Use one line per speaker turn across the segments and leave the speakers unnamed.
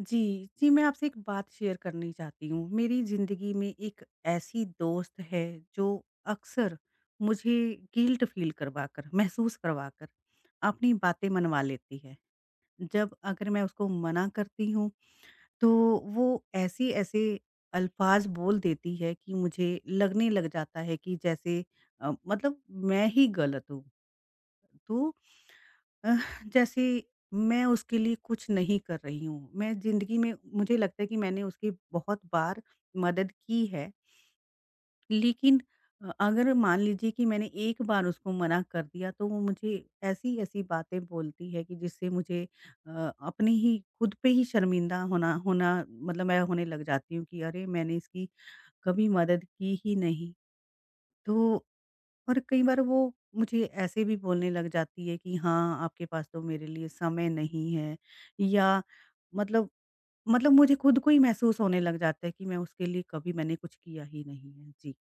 जी, जी, मैं आपसे एक बात शेयर करनी चाहती हूँ। मेरी ज़िंदगी में एक ऐसी दोस्त है जो अक्सर मुझे गिल्ट फ़ील करवाकर, महसूस करवाकर अपनी बातें मनवा लेती है। जब अगर मैं उसको मना करती हूँ तो वो ऐसे-ऐसे अल्फ़ाज़ बोल देती है कि मुझे लगने लग जाता है कि जैसे मतलब मैं ही गलत हूँ। तो अह, जैसे मैं उसके लिए कुछ नहीं कर रही हूँ। मैं ज़िंदगी में मुझे लगता है कि मैंने उसकी बहुत बार मदद की है। लेकिन अगर मान लीजिए कि मैंने एक बार उसको मना कर दिया तो वो मुझे ऐसी-ऐसी बातें बोलती है कि जिससे मुझे अ, अपने ही खुद पे ही शर्मिंदा होना होना मतलब मैं होने लग जाती हूँ कि अरे! मैंने इसकी कभी मदद की ही नहीं। तो और कई बार वो मुझे ऐसे भी बोलने लग जाती है कि हाँ, आपके पास तो मेरे लिए समय नहीं है या मतलब मतलब मुझे खुद को ही महसूस होने लग जाता है कि मैं उसके लिए कभी मैंने कुछ किया ही नहीं है। जी।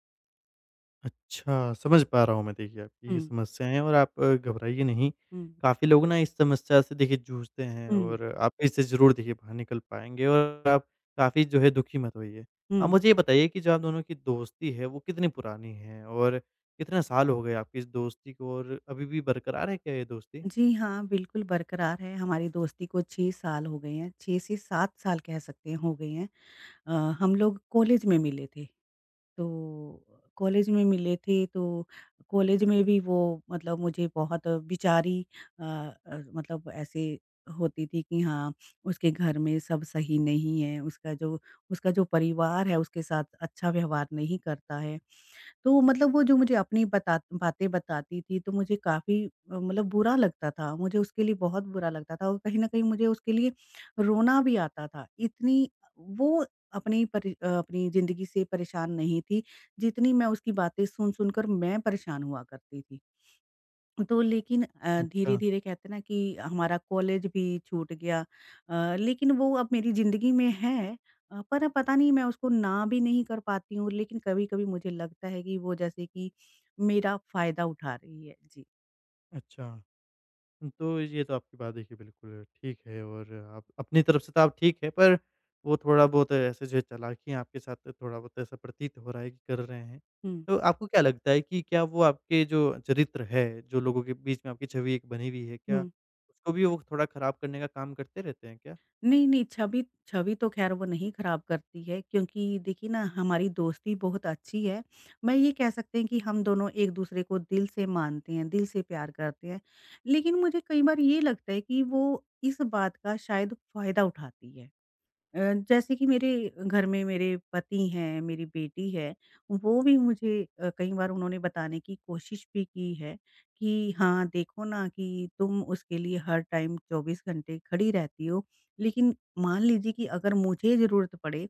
अच्छा, समझ पा रहा हूँ मैं देखिए आपकी ये
हुँ,
समस्याएँ और आप घबराइए नहीं।
हुँ।
काफ़ी लोग ना इस समस्या से देखिए जूझते हैं
हुँ,
और आप इससे ज़रूर देखिए बाहर निकल पाएँगे और आप काफ़ी जो है दुखी मत होइए। आप
हुँ।
मुझे ये बताइए कि जो आप दोनों की दोस्ती है वो कितनी पुरानी है और कितने साल हो गए आपकी इस दोस्ती को और अभी भी बरकरार है क्या ये दोस्ती?
जी हाँ, बिल्कुल बरकरार है। हमारी दोस्ती को 6 साल हो गए हैं, 6 से 7 साल कह सकते हैं हो गए हैं। अ, हम लोग कॉलेज में मिले थे, तो कॉलेज में मिले थे तो कॉलेज में भी वो मतलब मुझे बहुत बेचारी मतलब ऐसे होती थी कि हाँ, उसके घर में सब सही नहीं है, उसका जो परिवार है उसके साथ अच्छा व्यवहार नहीं करता है। तो मतलब वो जो मुझे अपनी बता बातें बताती थी तो मुझे काफ़ी मतलब बुरा लगता था, मुझे उसके लिए बहुत बुरा लगता था और कहीं न कहीं मुझे उसके लिए रोना भी आता था। इतनी वो अपनी ज़िंदगी से परेशान नहीं थी, जितनी मैं उसकी बातें सुन-सुन कर मैं परेशान हुआ करती थी। तो लेकिन
अच्छा,
धीरे-धीरे कहते हैं ना कि हमारा कॉलेज भी छूट गया लेकिन वो अब मेरी ज़िंदगी में है पर अब पता नहीं मैं उसको ना भी नहीं कर पाती हूँ लेकिन कभी-कभी मुझे लगता है कि वो जैसे कि मेरा फ़ायदा उठा रही है। जी।
अच्छा। तो ये तो आपकी बात देखिए बिल्कुल ठीक है और आप अपनी तरफ से तो आप ठीक है, पर वो थोड़ा बहुत ऐसे जो है चालाकियाँ आपके साथ थोड़ा बहुत ऐसा प्रतीत हो रहा है कि कर रहे हैं।
हुँ,
तो आपको क्या लगता है कि क्या वो आपके जो चरित्र है, जो लोगों के बीच में आपकी छवि एक बनी हुई है, क्या
हुँ।
उसको भी वो थोड़ा खराब करने का काम करते रहते हैं क्या?
नहीं, नहीं, छवि छवि तो ख़ैर वो नहीं ख़राब करती है क्योंकि देखिए ना हमारी दोस्ती बहुत अच्छी है। मैं ये कह सकते हैं कि हम दोनों एक-दूसरे को दिल से मानते हैं, दिल से प्यार करते हैं। लेकिन मुझे कई बार ये लगता है कि वो इस बात का शायद फ़ायदा उठाती है। अ, जैसे कि मेरे घर में मेरे पति हैं, मेरी बेटी है, वो भी मुझे कई बार उन्होंने बताने की कोशिश भी की है कि हाँ, देखो ना कि तुम उसके लिए हर टाइम 24 घंटे खड़ी रहती हो, लेकिन मान लीजिए कि अगर मुझे ज़रूरत पड़े,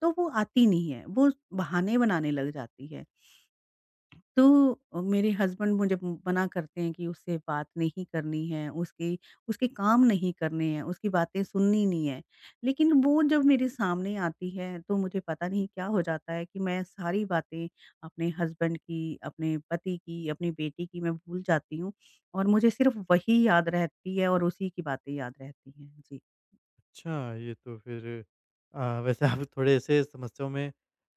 तो वो आती नहीं है, वो बहाने बनाने लग जाती है। तो मेरे हस्बैंड मुझे मना करते हैं कि उससे बात नहीं करनी है, उसकी उसके काम नहीं करने हैं, उसकी बातें सुननी नहीं है। लेकिन वो जब मेरे सामने आती है तो मुझे पता नहीं क्या हो जाता है कि मैं सारी बातें अपने हस्बैंड की, अपने पति की, अपनी बेटी की मैं भूल जाती हूँ और मुझे सिर्फ़ वही याद रहती है और उसी की बातें याद रहती हैं। जी।
अच्छा, ये तो फिर वैसे आप थोड़े ऐसे समस्याओं में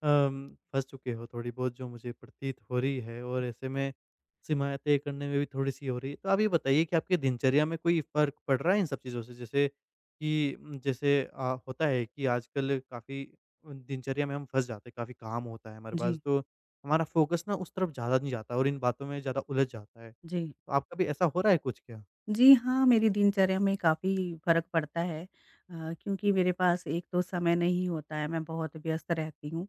फँस चुके हो थोड़ी बहुत जो मुझे प्रतीत हो रही है और ऐसे में सीमाएँ तय करने में भी थोड़ी-सी हो रही है। तो आप ये बताइए कि आपकी दिनचर्या में कोई फ़र्क पड़ रहा है इन सब चीज़ों से? जैसे कि जैसे होता है कि आजकल काफ़ी दिनचर्या में हम फँस जाते हैं, काफ़ी काम होता है हमारे पास,
जी,
तो हमारा फ़ोकस ना उस तरफ ज़्यादा नहीं जाता और इन बातों में ज़्यादा उलझ जाता है।
जी।
तो आपका भी ऐसा हो रहा है कुछ क्या?
जी हाँ, मेरी दिनचर्या में काफ़ी फ़र्क पड़ता है क्योंकि मेरे पास एक तो समय नहीं होता है, मैं बहुत व्यस्त रहती हूँ।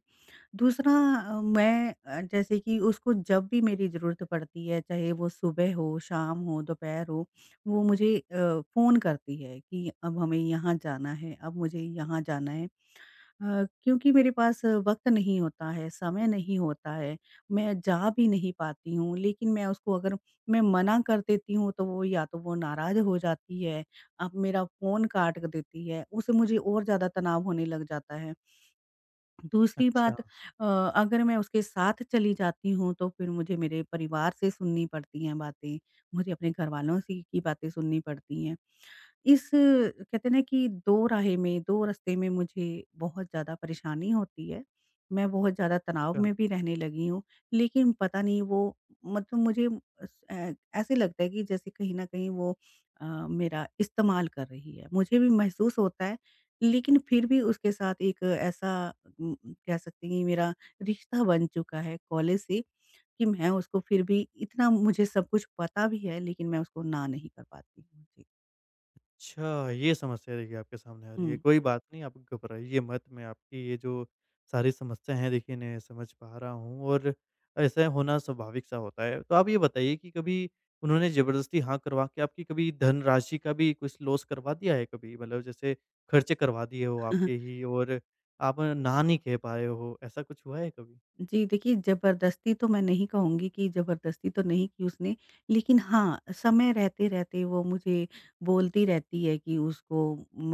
दूसरा मैं जैसे कि उसको जब भी मेरी ज़रूरत पड़ती है, चाहे वो सुबह हो, शाम हो, दोपहर हो, वो मुझे फ़ोन करती है कि अब हमें यहाँ जाना है, अब मुझे यहाँ जाना है। क्योंकि मेरे पास वक़्त नहीं होता है, समय नहीं होता है, मैं जा भी नहीं पाती हूँ, लेकिन मैं उसको अगर मैं मना कर देती हूँ, तो वो या तो वो नाराज़ हो जाती है, अब मेरा फ़ोन काट कर देती है, उससे मुझे और ज़्यादा तनाव होने लग जाता है। दूसरी
अच्छा।
बात अगर मैं उसके साथ चली जाती हूँ, तो फिर मुझे मेरे परिवार से सुननी पड़ती हैं बातें, मुझे अपने घरवालों से की बातें सुननी पड़ती हैं। इस कहते हैं ना कि दो राहे में, दो रास्ते में मुझे बहुत ज़्यादा परेशानी होती है। मैं बहुत ज़्यादा तनाव में भी रहने लगी हूँ, लेकिन पता नहीं वो मतलब मुझे अस अ, ऐसे लगता है कि जैसे कहीं न कहीं वो मेरा इस्तेमाल कर रही है। मुझे भी महसूस होता है, लेकिन फिर भी उसके साथ एक ऐसा उम, कह सकते हैं कि मेरा रिश्ता बन चुका है कॉलेज से कि मैं उसको फिर भी इतना मुझे सब कुछ पता भी है, लेकिन मैं उसको ना नहीं कर पाती हूँ। जी।
अच्छा, ये समस्या देखिए आपके सामने आ रही है।
हुँ।
कोई बात नहीं, आप घबराइए मत, मैं आपकी ये जो सारी समस्या है देखिए इन्हें समझ पा रहा हूँ और ऐसा होना स्वाभाविक सा होता है। तो आप ये बताइए कि कभी उन्होंने ज़बरदस्ती हाँ करवा के आपकी कभी धनराशि का भी कुछ लॉस करवा दिया है कभी? मतलब जैसे खर्चे करवा दिए हो आपके ही और आप ना नहीं कह पाए हो, ऐसा कुछ हुआ है कभी?
जी, देखिए ज़बरदस्ती तो मैं नहीं कहूँगी कि ज़बरदस्ती तो नहीं की उसने, लेकिन हाँ, समय रहते-रहते वो मुझे बोलती रहती है कि उसको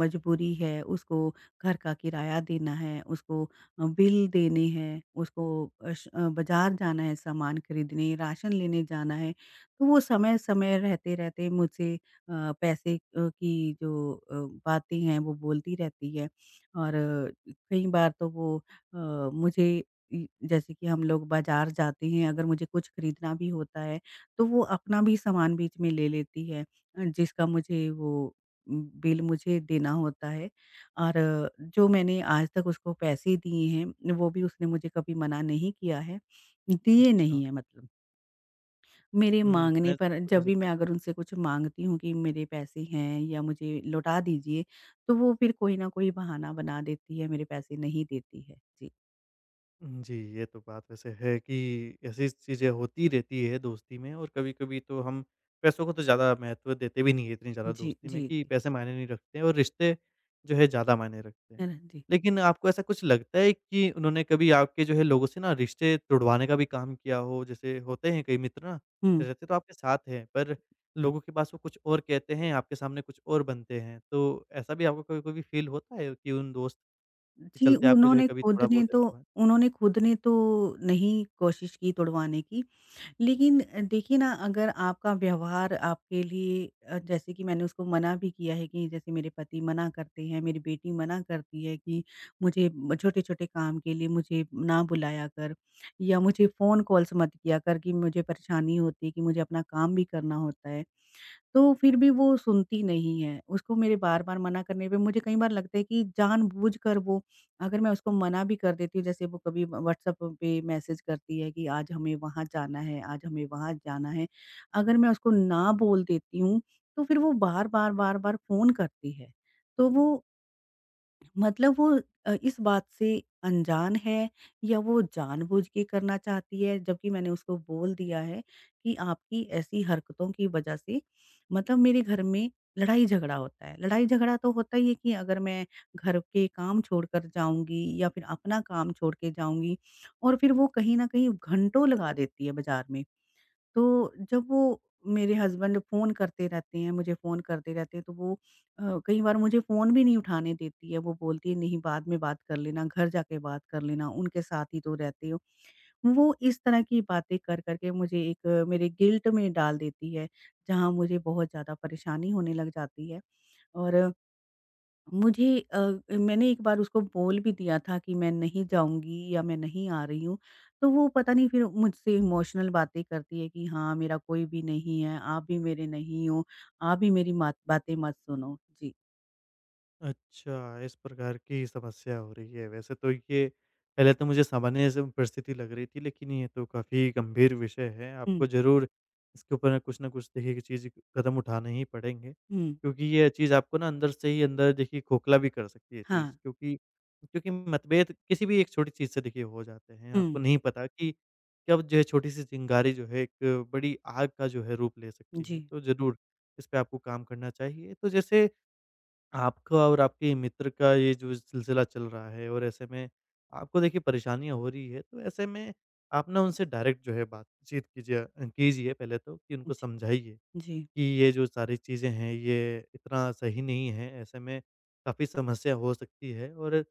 मजबूरी है, उसको घर का किराया देना है, उसको बिल देने हैं, उसको बाज़ार जाना है सामान खरीदने, राशन लेने जाना है। तो वो समय-समय रहते-रहते मुझसे पैसे की जो बातें हैं वो बोलती रहती है और कई बार तो वो मुझे इ जैसे कि हम लोग बाज़ार जाते हैं, अगर मुझे कुछ खरीदना भी होता है, तो वो अपना भी सामान बीच में ले लेती है जिसका मुझे बिल मुझे देना होता है और जो मैंने आज तक उसको पैसे दिए हैं, वो भी उसने मुझे कभी मना नहीं किया है, दिए
अच्छा।
नहीं है मतलब। मेरे
हुँ,
माँगने
मैं
पर जब
समझ
भी मैं अगर उनसे कुछ माँगती हूँ कि मेरे पैसे हैं या मुझे लौटा दीजिए, तो वो फिर कोई ना कोई बहाना बना देती है, मेरे पैसे नहीं देती है। जी,
जी, ये तो बात वैसे है कि ऐसी चीज़ें होती रहती है दोस्ती में और कभी-कभी तो हम पैसों को तो ज़्यादा महत्व देते भी नहीं है इतनी ज़्यादा
जी,
दोस्ती में
जी,
कि
जी।
पैसे मायने नहीं रखते हैं और रिश्ते जो है ज़्यादा मायने रखते हैं।
है ना? जी।
लेकिन आपको ऐसा कुछ लगता है कि उन्होंने कभी आपके जो है लोगों से ना रिश्ते तुड़वाने का भी काम किया हो? जैसे होते हैं कई मित्र ना,
हुँ।
रहते तो आपके साथ हैं पर लोगों के पास वो कुछ और कहते हैं, आपके सामने कुछ और बनते हैं। तो ऐसा भी आपको कभी-कभी फ़ील होता है कि उन दोस्त के
जी,
चलते आपको जो है कभी थोड़ा बहुत ऐसा हुआ है?
उन्होंने खुद ने तो नहीं कोशिश की तुड़वाने की, लेकिन देखिए ना अगर आपका व्यवहार आपके लिए जैसे कि मैंने उसको मना भी किया है कि जैसे मेरे पति मना करते हैं, मेरी बेटी मना करती है कि मुझे म छोटे-छोटे काम के लिए मुझे ना बुलाया कर या मुझे फ़ोन कॉल्स मत किया कर कि मुझे परेशानी होती है कि मुझे अपना काम भी करना होता है। तो फिर भी वो सुनती नहीं है। उसको मेरे बार-बार मना करने पे मुझे कई बार लगता है कि जानबूझकर वो अगर मैं उसको मना भी कर देती हूँ, जैसे वो कभी व व्हाट्सएप पे मैसेज करती है कि आज हमें वहाँ जाना है, आज हमें वहाँ जाना है। अगर मैं उसको ना बोल देती हूँ, तो फिर वो बार-बार, बार-बार फ़ोन करती है। तो वो मतलब वो इस बात से अनजान है या वो जानबूझ के करना चाहती है जबकि मैंने उसको बोल दिया है कि आपकी ऐसी हरकतों की वजह से मतलब मेरे घर में लड़ाई झगड़ा होता है। लड़ाई झगड़ा तो होता ही है कि अगर मैं घर के काम छोड़कर जाऊँगी या फिर अपना काम छोड़ के जाऊँगी और फिर वो कहीं न कहीं घंटों लगा देती है बाज़ार में। तो जब वो मेरे हस्बैंड फ़ोन करते रहते हैं, मुझे फ़ोन करते रहते हैं, तो वो कई बार मुझे फ़ोन भी नहीं उठाने देती है। वो बोलती है, "नहीं, बाद में बात कर लेना, घर जाके बात कर लेना, उनके साथ ही तो रहते हो।" वो इस तरह की बातें कर कर के मुझे एक मेरे गिल्ट में डाल देती है, जहाँ मुझे बहुत ज़्यादा परेशानी होने लग जाती है और मुझे अ, मैंने एक बार उसको बोल भी दिया था कि मैं नहीं जाऊँगी या मैं नहीं आ रही हूँ, तो वो पता नहीं फिर मुझसे इमोशनल बातें करती है कि हाँ, मेरा कोई भी नहीं है, आप भी मेरे नहीं हो, आप भी मेरी मात बातें मत सुनो। जी।
अच्छा, इस प्रकार की समस्या हो रही है। वैसे तो ये पहले तो मुझे सामान्य स परिस्थिति लग रही थी, लेकिन ये तो काफ़ी गंभीर विषय है। आपको
हुँ,
ज़रूर इसके ऊपर ना कुछ न कुछ देखिए कि चीज़ कदम उठाने ही पड़ेंगे,
हुँ।
क्योंकि ये चीज़ आपको ना अंदर से ही अंदर देखिए खोखला भी कर सकती है चीज़।
हाँ।
क्योंकि क्योंकि मतभेद किसी भी एक छोटी चीज़ से देखिए हो जाते हैं। आपको
हुँ।
नहीं पता कि कब जो है छोटी-सी चिंगारी जो है एक बड़ी आग का जो है रूप ले सकती है।
जी,
तो ज़रूर इस पे आपको काम करना चाहिए। तो जैसे आपका और आपके मित्र का ये जो सिलसिला चल रहा है और ऐसे में आपको देखिए परेशानियाँ हो रही है, तो ऐसे में आप ना उनसे डायरेक्ट जो है बातचीत कीजिए कीजिए पहले तो कि उनको
जी,
समझाइए
जी।
कि ये जो सारी चीज़ें हैं ये इतना सही नहीं है, ऐसे में काफ़ी समस्या हो सकती है और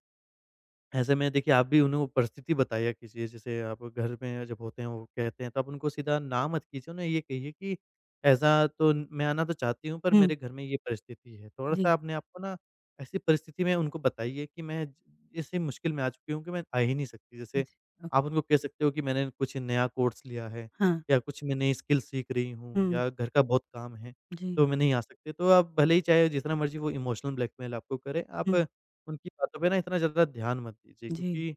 ऐसे में देखिए आप भी उन्हें परिस्थिति बताया कीजिए, जैसे आप घर में जब होते हैं वो कहते हैं तो आप उनको सीधा ना मत कीजिए, उन्हें ये कहिए कि ऐसा तो मैं आना तो चाहती हूँ पर
हुँ।
मेरे घर में ये परिस्थिति है।
जी,
थोड़ा-सा अपने आप को ना ऐसी परिस्थिति में उनको बताइए कि मैं ऐसी मुश्किल में आ चुकी हूँ कि मैं आ ही नहीं सकती।
जी।
जैसे
अ,
आप उनको कह सकते हो कि मैंने कुछ नया कोर्स लिया है
हाँ।
या कुछ मैं नई स्किल सीख रही हूँ
हुँ।
या घर का बहुत काम है,
जी,
तो मैं नहीं आ सकती। तो आप भले ही चाहे जितना मर्ज़ी वो इमोशनल ब्लैकमेल आपको करे,
हुँ।
आप उनकी बातों पे ना इतना ज़्यादा ध्यान मत दीजिए
जी,
क्योंकि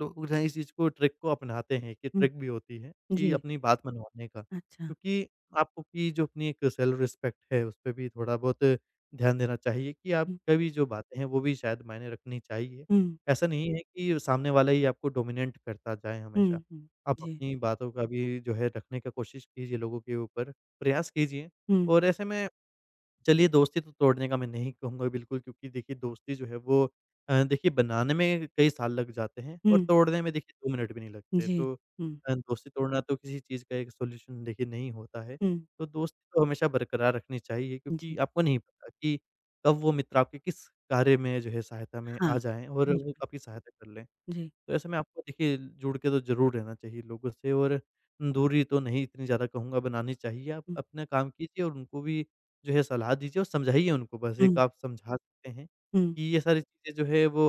लोग जो है इस चीज़ को ट्रिक को अपनाते हैं कि
हुँ।
ट्रिक भी होती है कि
जी।
अपनी बात मनवाने का।
अच्छा।
क्योंकि आपको कि जो अपनी एक सेल्फ रिस्पेक्ट है उस पे भी थोड़ा बहुत ध्यान देना चाहिए कि
हुँ,
आपका भी जो बातें हैं वो भी शायद मायने रखनी चाहिए।
हुँ,
ऐसा नहीं है कि सामने वाला ही आपको डोमिनेट करता जाए हमेशा।
हुँ, हुँ।
आप
जी।
अपनी बातों का भी जो है रखने का कोशिश कीजिए लोगों के ऊपर, प्रयास कीजिए
हुँ,
और ऐसे में चलिए दोस्ती तो तोड़ने का मैं नहीं कहूँगा बिल्कुल क्योंकि देखिए दोस्ती जो है वो देखिए बनाने में कई साल लग जाते हैं और
हुँ।
तोड़ने में देखिए 2 मिनट भी नहीं लगते।
जी।
तो
हुँ,
दोस्ती तोड़ना तो किसी चीज़ का एक सॉल्यूशन देखिए नहीं होता है। तो दोस्ती तो हमेशा बरकरार रखनी चाहिए
हुँ।
क्योंकि आपको नहीं पता कि कब वो मित्र आपके किस कार्य में जो है सहायता में
हाँ,
आ जाएँ और
बिल
वो आपकी सहायता कर लें।
जी।
तो ऐसे में आपको देखिए जुड़ के तो ज़रूर रहना चाहिए लोगों से और दूरी तो नहीं इतनी ज़्यादा कहूँगा बनानी चाहिए। आप
हुँ,
अपना काम कीजिए और उनको भी जो है सलाह दीजिए और समझाइए उनको बस एक
हुँ,
आप समझा सकते हैं
हुँ,
कि ये सारी चीज़ें जो है वो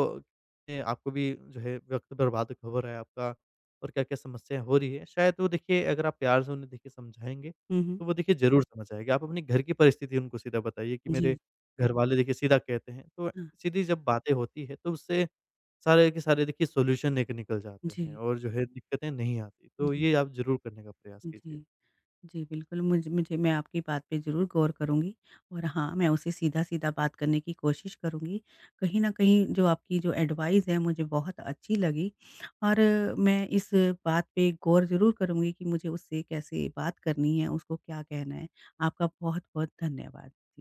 आपको भी जो है वक़्त बर्बाद हो रहा है आपका और क्या-क्या समस्या हो रही है। शायद वो देखिए अगर आप प्यार से उन्हें देखिए समझाएँगे,
हुँ, हुँ।
तो वो देखिए ज़रूर समझ आएँगे। आप अपने घर की परिस्थिति उनको सीधा बताइए कि मेरे
जी,
घरवाले देखिए सीधा कहते हैं। तो
हाँ,
सीधी जब बातें होती है तो उससे सारे के सारे देखिए सॉल्यूशन लेके निकल जाते हैं
जी,
और जो है दिक्कतें नहीं आती। तो
जी,
ये आप ज़रूर करने का प्रयास
जी,
कीजिए।
जी, बिल्कुल मुझे मैं आपकी बात पे ज़रूर गौर करूँगी और हाँ, मैं उसे सीधा-सीधा बात करने की कोशिश करूँगी। कहीं न कहीं जो आपकी जो एडवाइस है मुझे बहुत अच्छी लगी और मैं इस बात पे गौर ज़रूर करूँगी कि मुझे उससे कैसे बात करनी है, उसको क्या कहना है। आपका बहुत-बहुत धन्यवाद।